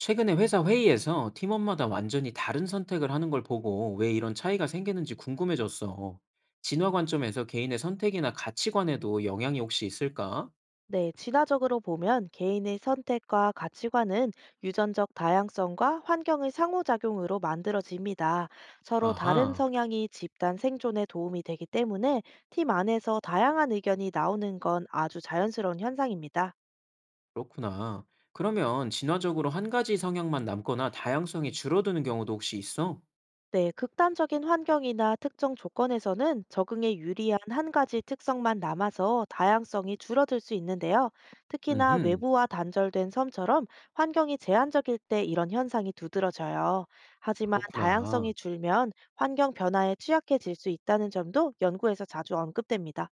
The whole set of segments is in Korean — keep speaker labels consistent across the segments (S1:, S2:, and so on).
S1: 최근에 회사 회의에서 팀원마다 완전히 다른 선택을 하는 걸 보고 왜 이런 차이가 생기는지 궁금해졌어. 진화 관점에서 개인의 선택이나 가치관에도 영향이 혹시 있을까?
S2: 네, 진화적으로 보면 개인의 선택과 가치관은 유전적 다양성과 환경의 상호작용으로 만들어집니다. 서로 다른
S1: 아하,
S2: 성향이 집단 생존에 도움이 되기 때문에 팀 안에서 다양한 의견이 나오는 건 아주 자연스러운 현상입니다.
S1: 그렇구나. 그러면 진화적으로 한 가지 성향만 남거나 다양성이 줄어드는 경우도 혹시 있어?
S2: 네, 극단적인 환경이나 특정 조건에서는 적응에 유리한 한 가지 특성만 남아서 다양성이 줄어들 수 있는데요. 특히나
S1: 음흠,
S2: 외부와 단절된 섬처럼 환경이 제한적일 때 이런 현상이 두드러져요. 하지만 다양성이
S1: 그렇구나.
S2: 줄면 환경 변화에 취약해질 수 있다는 점도 연구에서 자주 언급됩니다.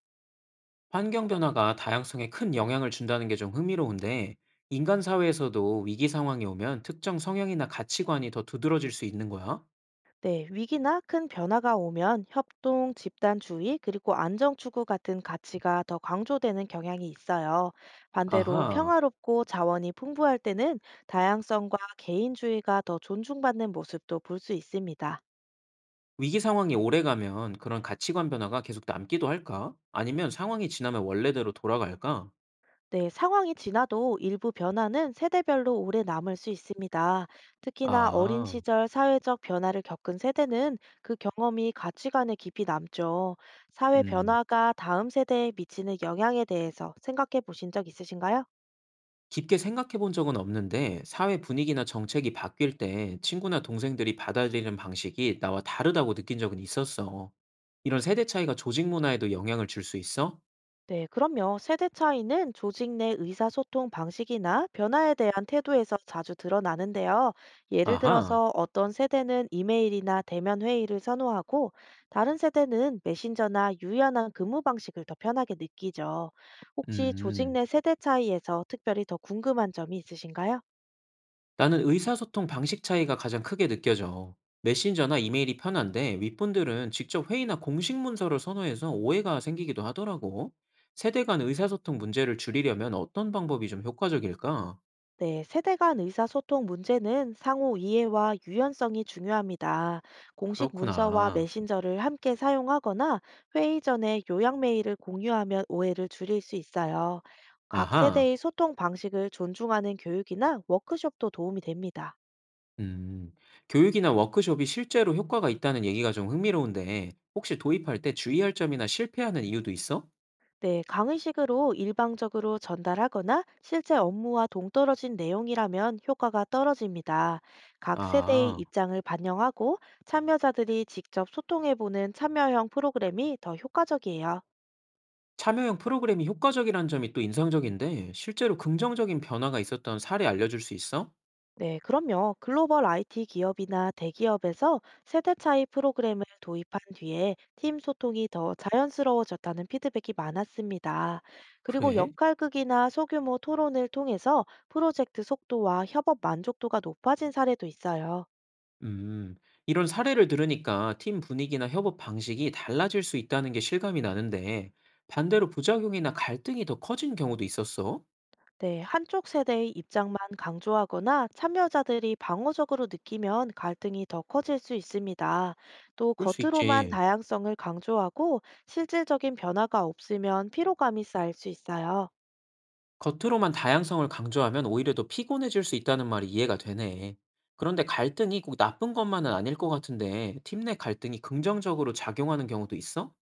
S1: 환경 변화가 다양성에 큰 영향을 준다는 게 좀 흥미로운데, 인간 사회에서도 위기 상황이 오면 특정 성향이나 가치관이 더 두드러질 수 있는 거야?
S2: 네, 위기나 큰 변화가 오면 협동, 집단주의, 그리고 안정추구 같은 가치가 더 강조되는 경향이 있어요. 반대로
S1: 아하.
S2: 평화롭고 자원이 풍부할 때는 다양성과 개인주의가 더 존중받는 모습도 볼 수 있습니다.
S1: 위기 상황이 오래가면 그런 가치관 변화가 계속 남기도 할까? 아니면 상황이 지나면 원래대로 돌아갈까?
S2: 네, 상황이 지나도 일부 변화는 세대별로 오래 남을 수 있습니다. 특히나 어린
S1: 아,
S2: 시절 사회적 변화를 겪은 세대는 그 경험이 가치관에 깊이 남죠. 사회
S1: 음.
S2: 변화가 다음 세대에 미치는 영향에 대해서 생각해 보신 적 있으신가요?
S1: 깊게 생각해 본 적은 없는데, 사회 분위기나 정책이 바뀔 때 친구나 동생들이 받아들이는 방식이 나와 다르다고 느낀 적은 있었어. 이런 세대 차이가 조직 문화에도 영향을 줄 수 있어?
S2: 네, 그럼요. 세대 차이는 조직 내 의사소통 방식이나 변화에 대한 태도에서 자주 드러나는데요. 예를
S1: 아하,
S2: 들어서 어떤 세대는 이메일이나 대면 회의를 선호하고 다른 세대는 메신저나 유연한 근무 방식을 더 편하게 느끼죠. 혹시 조직
S1: 음.
S2: 내 세대 차이에서 특별히 더 궁금한 점이 있으신가요?
S1: 나는 의사소통 방식 차이가 가장 크게 느껴져. 메신저나 이메일이 편한데 윗분들은 직접 회의나 공식 문서를 선호해서 오해가 생기기도 하더라고. 세대 간 의사소통 문제를 줄이려면 어떤 방법이 좀 효과적일까?
S2: 네, 세대 간 의사소통 문제는 상호 이해와 유연성이 중요합니다. 공식 문서와
S1: 그렇구나.
S2: 메신저를 함께 사용하거나 회의 전에 요약 메일을 공유하면 오해를 줄일 수 있어요. 각
S1: 아하.
S2: 세대의 소통 방식을 존중하는 교육이나 워크숍도 도움이 됩니다.
S1: 음. 교육이나 워크숍이 실제로 효과가 있다는 얘기가 좀 흥미로운데 혹시 도입할 때 주의할 점이나 실패하는 이유도 있어?
S2: 네, 강의식으로 일방적으로 전달하거나 실제 업무와 동떨어진 내용이라면 효과가 떨어집니다. 각 세대의
S1: 아.
S2: 입장을 반영하고 참여자들이 직접 소통해보는 참여형 프로그램이 더 효과적이에요.
S1: 참여형 프로그램이 효과적이라는 점이 또 인상적인데 실제로 긍정적인 변화가 있었던 사례 알려줄 수 있어?
S2: 네, 그럼요. 글로벌 IT 기업이나 대기업에서 세대 차이 프로그램을 도입한 뒤에 팀 소통이 더 자연스러워졌다는 피드백이 많았습니다. 그리고
S1: 그래?
S2: 역할극이나 소규모 토론을 통해서 프로젝트 속도와 협업 만족도가 높아진 사례도 있어요.
S1: 음, 이런 사례를 들으니까 팀 분위기나 협업 방식이 달라질 수 있다는 게 실감이 나는데, 반대로 부작용이나 갈등이 더 커진 경우도 있었어?
S2: 네, 한쪽 세대의 입장만 강조하거나 참여자들이 방어적으로 느끼면 갈등이 더 커질 수 있습니다. 또
S1: 그럴 수
S2: 겉으로만
S1: 있지.
S2: 다양성을 강조하고 실질적인 변화가 없으면 피로감이 쌓일 수 있어요.
S1: 겉으로만 다양성을 강조하면 오히려 더 피곤해질 수 있다는 말이 이해가 되네. 그런데 갈등이 꼭 나쁜 것만은 아닐 것 같은데, 팀 내 갈등이 긍정적으로 작용하는 경우도 있어?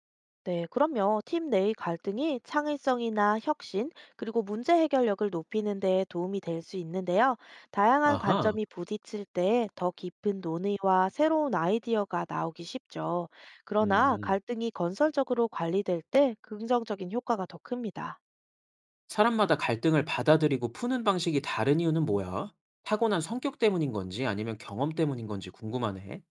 S2: 네, 그럼요. 팀 내의 갈등이 창의성이나 혁신, 그리고 문제 해결력을 높이는 데 도움이 될 수 있는데요. 다양한
S1: 아하,
S2: 관점이 부딪힐 때 더 깊은 논의와 새로운 아이디어가 나오기 쉽죠. 그러나
S1: 음.
S2: 갈등이 건설적으로 관리될 때 긍정적인 효과가 더 큽니다.
S1: 사람마다 갈등을 받아들이고 푸는 방식이 다른 이유는 뭐야? 타고난 성격 때문인 건지 아니면 경험 때문인 건지 궁금하네.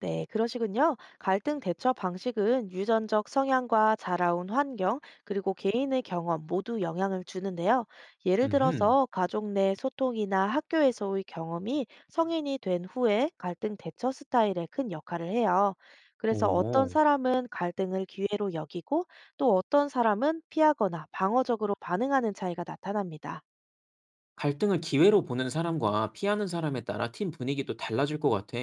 S2: 네, 그러시군요. 갈등 대처 방식은 유전적 성향과 자라온 환경, 그리고 개인의 경험 모두 영향을 주는데요. 예를
S1: 음.
S2: 들어서 가족 내 소통이나 학교에서의 경험이 성인이 된 후에 갈등 대처 스타일에 큰 역할을 해요. 그래서 어떤
S1: 오.
S2: 사람은 갈등을 기회로 여기고 또 어떤 사람은 피하거나 방어적으로 반응하는 차이가 나타납니다.
S1: 갈등을 기회로 보는 사람과 피하는 사람에 따라 팀 분위기도 달라질 것 같아.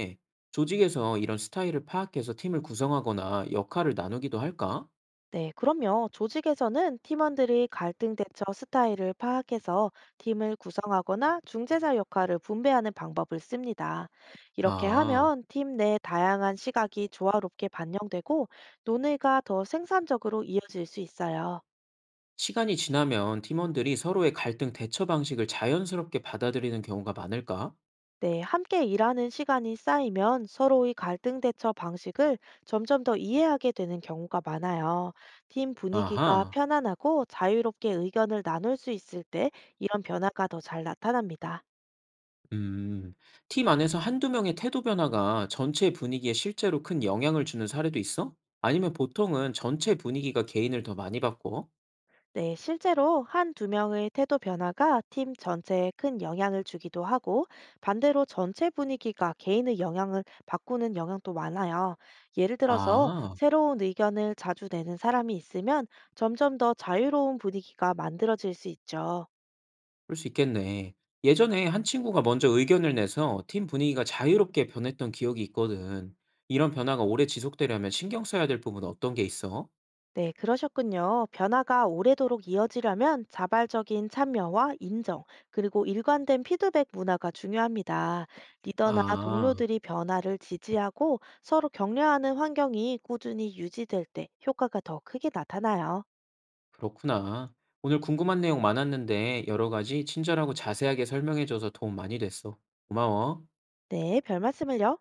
S1: 조직에서 이런 스타일을 파악해서 팀을 구성하거나 역할을 나누기도 할까?
S2: 네, 그럼요. 조직에서는 팀원들이 갈등 대처 스타일을 파악해서 팀을 구성하거나 중재자 역할을 분배하는 방법을 씁니다. 이렇게
S1: 아,
S2: 하면 팀 내 다양한 시각이 조화롭게 반영되고 논의가 더 생산적으로 이어질 수 있어요.
S1: 시간이 지나면 팀원들이 서로의 갈등 대처 방식을 자연스럽게 받아들이는 경우가 많을까?
S2: 네, 함께 일하는 시간이 쌓이면 서로의 갈등 대처 방식을 점점 더 이해하게 되는 경우가 많아요. 팀 분위기가
S1: 아하.
S2: 편안하고 자유롭게 의견을 나눌 수 있을 때 이런 변화가 더 잘 나타납니다.
S1: 음, 팀 안에서 한두 명의 태도 변화가 전체 분위기에 실제로 큰 영향을 주는 사례도 있어? 아니면 보통은 전체 분위기가 개인을 더 많이 바꿔?
S2: 네, 실제로 한 두 명의 태도 변화가 팀 전체에 큰 영향을 주기도 하고 반대로 전체 분위기가 개인의 영향을 바꾸는 영향도 많아요. 예를 들어서
S1: 아,
S2: 새로운 의견을 자주 내는 사람이 있으면 점점 더 자유로운 분위기가 만들어질 수 있죠.
S1: 그럴 수 있겠네. 예전에 한 친구가 먼저 의견을 내서 팀 분위기가 자유롭게 변했던 기억이 있거든. 이런 변화가 오래 지속되려면 신경 써야 될 부분은 어떤 게 있어?
S2: 네, 그러셨군요. 변화가 오래도록 이어지려면 자발적인 참여와 인정, 그리고 일관된 피드백 문화가 중요합니다. 리더나
S1: 아,
S2: 동료들이 변화를 지지하고 서로 격려하는 환경이 꾸준히 유지될 때 효과가 더 크게 나타나요.
S1: 그렇구나. 오늘 궁금한 내용 많았는데 여러 가지 친절하고 자세하게 설명해줘서 도움 많이 됐어. 고마워.
S2: 네, 별 말씀을요.